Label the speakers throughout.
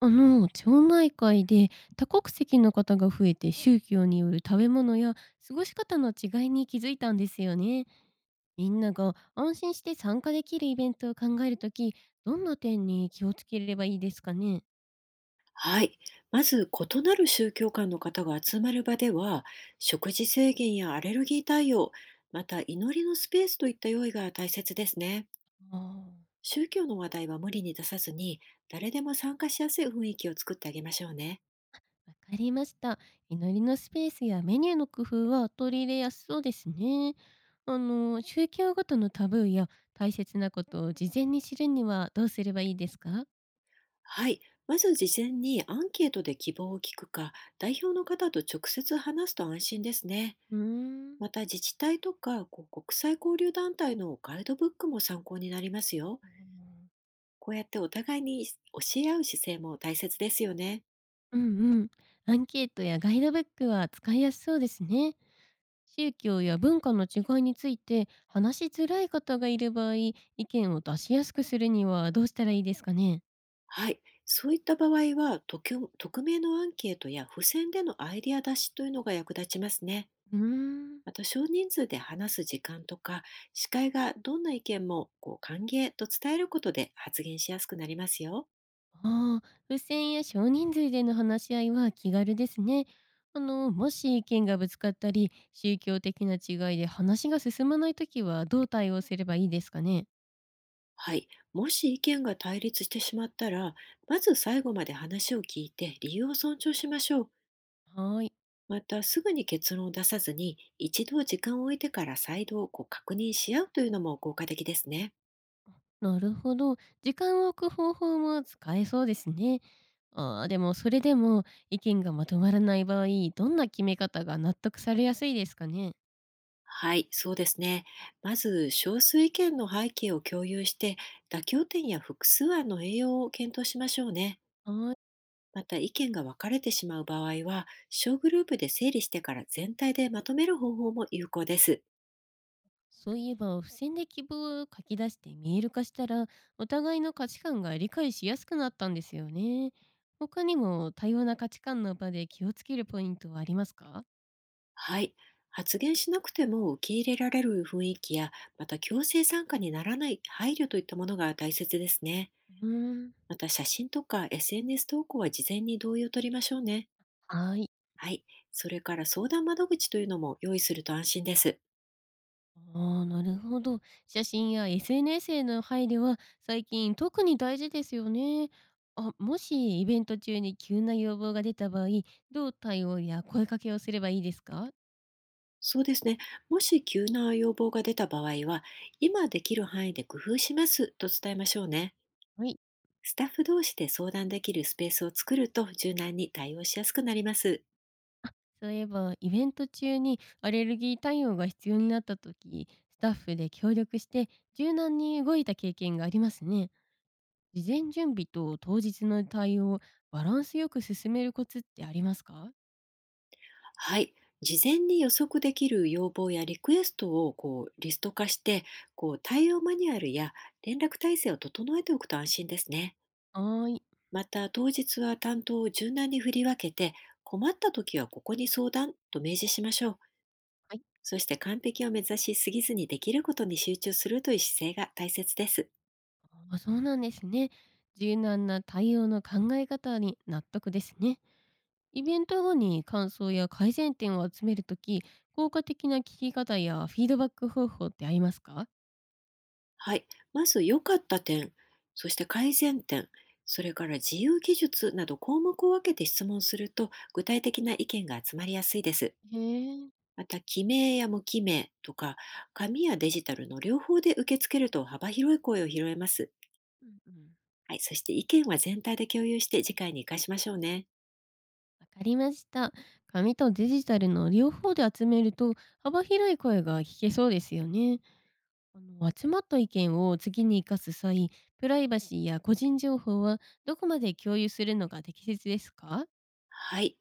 Speaker 1: 町内会で多国籍の方が増えて宗教による食べ物や過ごし方の違いに気づいたんですよね。みんなが安心して参加できるイベントを考えるとき、どんな点に気をつければいいですかね？
Speaker 2: はい。まず、異なる宗教観の方が集まる場では、食事制限やアレルギー対応、また祈りのスペースといった用意が大切ですね。
Speaker 1: ああ、
Speaker 2: 宗教の話題は無理に出さずに、誰でも参加しやすい雰囲気を作ってあげましょうね。
Speaker 1: わかりました。祈りのスペースやメニューの工夫は取り入れやすそうですね。宗教ごとのタブーや大切なことを事前に知るにはどうすればいいですか？
Speaker 2: はい。まず事前にアンケートで希望を聞くか、代表の方と直接話すと安心ですね。
Speaker 1: うーん。
Speaker 2: また自治体とか国際交流団体のガイドブックも参考になりますよ。こうやってお互いに教え合う姿勢も大切ですよね。
Speaker 1: うんうん。アンケートやガイドブックは使いやすそうですね。宗教や文化の違いについて話しづらい方がいる場合、意見を出しやすくするにはどうしたらいいですかね？
Speaker 2: はい。そういった場合は、匿名のアンケートや付箋でのアイディア出しというのが役立ちますね。
Speaker 1: うーん。
Speaker 2: また少人数で話す時間とか、司会がどんな意見も歓迎と伝えることで発言しやすくなりますよ。
Speaker 1: ああ、付箋や少人数での話し合いは気軽ですね。もし意見がぶつかったり、宗教的な違いで話が進まないときはどう対応すればいいですかね？
Speaker 2: はい。もし意見が対立してしまったら、まず最後まで話を聞いて理由を尊重しましょう。
Speaker 1: はーい。
Speaker 2: また、すぐに結論を出さずに、一度時間を置いてから再度確認し合うというのも効果的ですね。
Speaker 1: なるほど。時間を置く方法も使えそうですね。ああ、でもそれでも意見がまとまらない場合、どんな決め方が納得されやすいですかね。
Speaker 2: はい、そうですね。まず、少数意見の背景を共有して、妥協点や複数案の栄養を検討しましょうね。
Speaker 1: ああ、
Speaker 2: また、意見が分かれてしまう場合は、小グループで整理してから全体でまとめる方法も有効です。
Speaker 1: そういえば、付箋で希望を書き出して見える化したら、お互いの価値観が理解しやすくなったんですよね。他にも多様な価値観の場で気をつけるポイントはありますか？
Speaker 2: はい、発言しなくても受け入れられる雰囲気や、また強制参加にならない配慮といったものが大切ですね。
Speaker 1: うーん。
Speaker 2: また写真とか SNS 投稿は事前に同意を取りましょうね。
Speaker 1: はい。
Speaker 2: はい。それから相談窓口というのも用意すると安心です。
Speaker 1: ああ、なるほど。写真や SNS への配慮は最近特に大事ですよね。あ、もしイベント中に急な要望が出た場合、どう対応や声かけをすればいいですか？
Speaker 2: そうですね。もし急な要望が出た場合は、今できる範囲で工夫しますと伝えましょうね。
Speaker 1: はい。
Speaker 2: スタッフ同士で相談できるスペースを作ると柔軟に対応しやすくなります。
Speaker 1: そういえば、イベント中にアレルギー対応が必要になった時、スタッフで協力して柔軟に動いた経験がありますね。事前準備と当日の対応、バランスよく進めるコツってありますか？
Speaker 2: はい。事前に予測できる要望やリクエストをリスト化して、対応マニュアルや連絡体制を整えておくと安心ですね。
Speaker 1: はーい。
Speaker 2: また当日は担当を柔軟に振り分けて、困った時はここに相談と明示しましょう。そして完璧を目指しすぎずにできることに集中するという姿勢が大切です。
Speaker 1: あ、そうなんですね。柔軟な対応の考え方に納得ですね。イベント後に感想や改善点を集めるとき、効果的な聞き方やフィードバック方法ってありますか？
Speaker 2: はい。まず良かった点、そして改善点、それから自由技術など項目を分けて質問すると具体的な意見が集まりやすいです。
Speaker 1: へえ、
Speaker 2: また、記名や無記名とか、紙やデジタルの両方で受け付けると幅広い声を拾えます。
Speaker 1: うんうん。
Speaker 2: はい、そして意見は全体で共有して次回に生かしましょうね。
Speaker 1: わかりました。紙とデジタルの両方で集めると幅広い声が聞けそうですよね。あの集まった意見を次に生かす際、プライバシーや個人情報はどこまで共有するのが適切ですか？
Speaker 2: はい、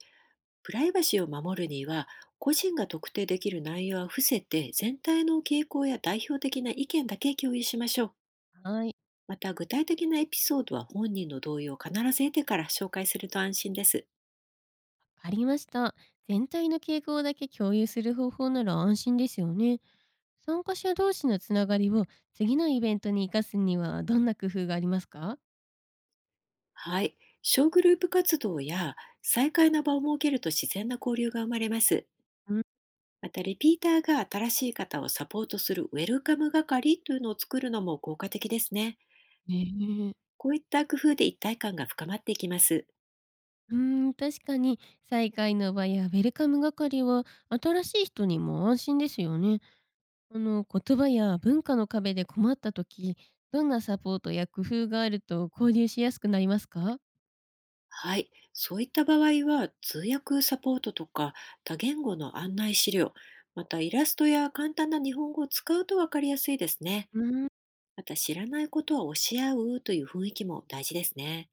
Speaker 2: プライバシーを守るには、個人が特定できる内容は伏せて、全体の傾向や代表的な意見だけ共有しましょう。
Speaker 1: はい。
Speaker 2: また、具体的なエピソードは本人の同意を必ず得てから紹介すると安心です。
Speaker 1: わかりました。全体の傾向だけ共有する方法なら安心ですよね。参加者同士のつながりを次のイベントに生かすにはどんな工夫がありますか？
Speaker 2: はい、小グループ活動や再開の場を設けると自然な交流が生まれます。
Speaker 1: うん、
Speaker 2: また、リピーターが新しい方をサポートするウェルカム係というのを作るのも効果的ですね。
Speaker 1: ねえ、
Speaker 2: こういった工夫で一体感が深まっていきます。
Speaker 1: うーん、確かに再会の場やウェルカム係は新しい人にも安心ですよね。あの言葉や文化の壁で困った時、どんなサポートや工夫があると交流しやすくなりますか？
Speaker 2: はい。そういった場合は、通訳サポートとか、多言語の案内資料、またイラストや簡単な日本語を使うと分かりやすいですね。
Speaker 1: うん、
Speaker 2: また知らないことは教え合うという雰囲気も大事ですね。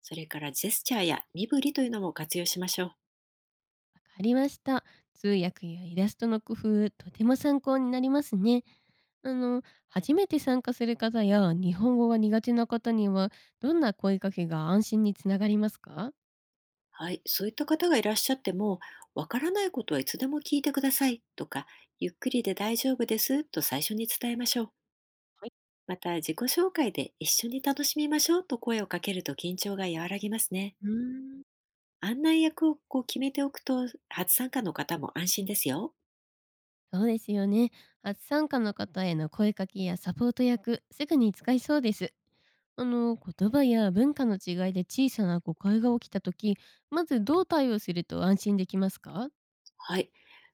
Speaker 2: それからジェスチャーや身振りというのも活用しましょう。
Speaker 1: わかりました。通訳やイラストの工夫、とても参考になりますね。あの、初めて参加する方や日本語が苦手な方には、どんな声かけが安心につながりますか？
Speaker 2: はい。そういった方がいらっしゃっても、わからないことはいつでも聞いてくださいとか、ゆっくりで大丈夫ですと最初に伝えましょう。
Speaker 1: はい、
Speaker 2: また自己紹介で一緒に楽しみましょうと声をかけると緊張が和らぎますね。
Speaker 1: うーん、
Speaker 2: 案内役を決めておくと初参加の方も安心ですよ。
Speaker 1: そうですよね。初参加の方への声かけやサポート役、すぐに使いそうです。言葉や文化の違いで小さな誤解が起きたとき、まずどう対応すると安心できますか？
Speaker 2: はい。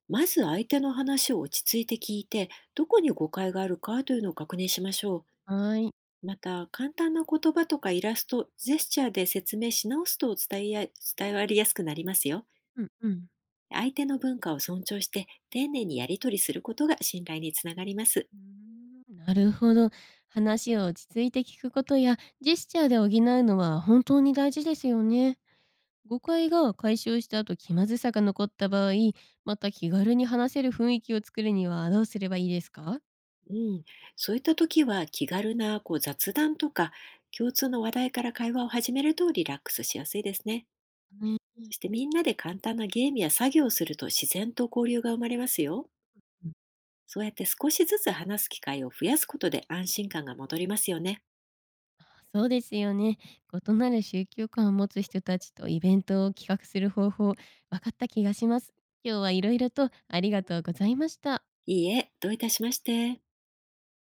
Speaker 2: まず相手の話を落ち着いて聞いて、どこに誤解があるかというのを確認しましょ
Speaker 1: はーい。
Speaker 2: う。また、簡単な言葉とかイラスト、ジェスチャーで説明し直すと伝わりやすくなりますよ。
Speaker 1: うんうん。
Speaker 2: 相手の文化を尊重して、丁寧にやり取りすることが信頼につながります。
Speaker 1: うーん、なるほど。話を落ち着いて聞くことやジェスチャーで補うのは本当に大事ですよね。誤解が解消した後気まずさが残った場合、また気軽に話せる雰囲気を作るにはどうすればいいですか？
Speaker 2: うん、そういった時は気軽な雑談とか共通の話題から会話を始めるとリラックスしやすいですね。
Speaker 1: ね、
Speaker 2: そ してみんなで簡単なゲームや作業をすると自然と交流が生まれますよ。
Speaker 1: うん、
Speaker 2: そうやって少しずつ話す機会を増やすことで安心感が戻りますよね。
Speaker 1: そうですよね。異なる宗教観を持つ人たちとイベントを企画する方法、分かった気がします。今日はいろいろとありがとうございました。
Speaker 2: いいえ、どういたしまして。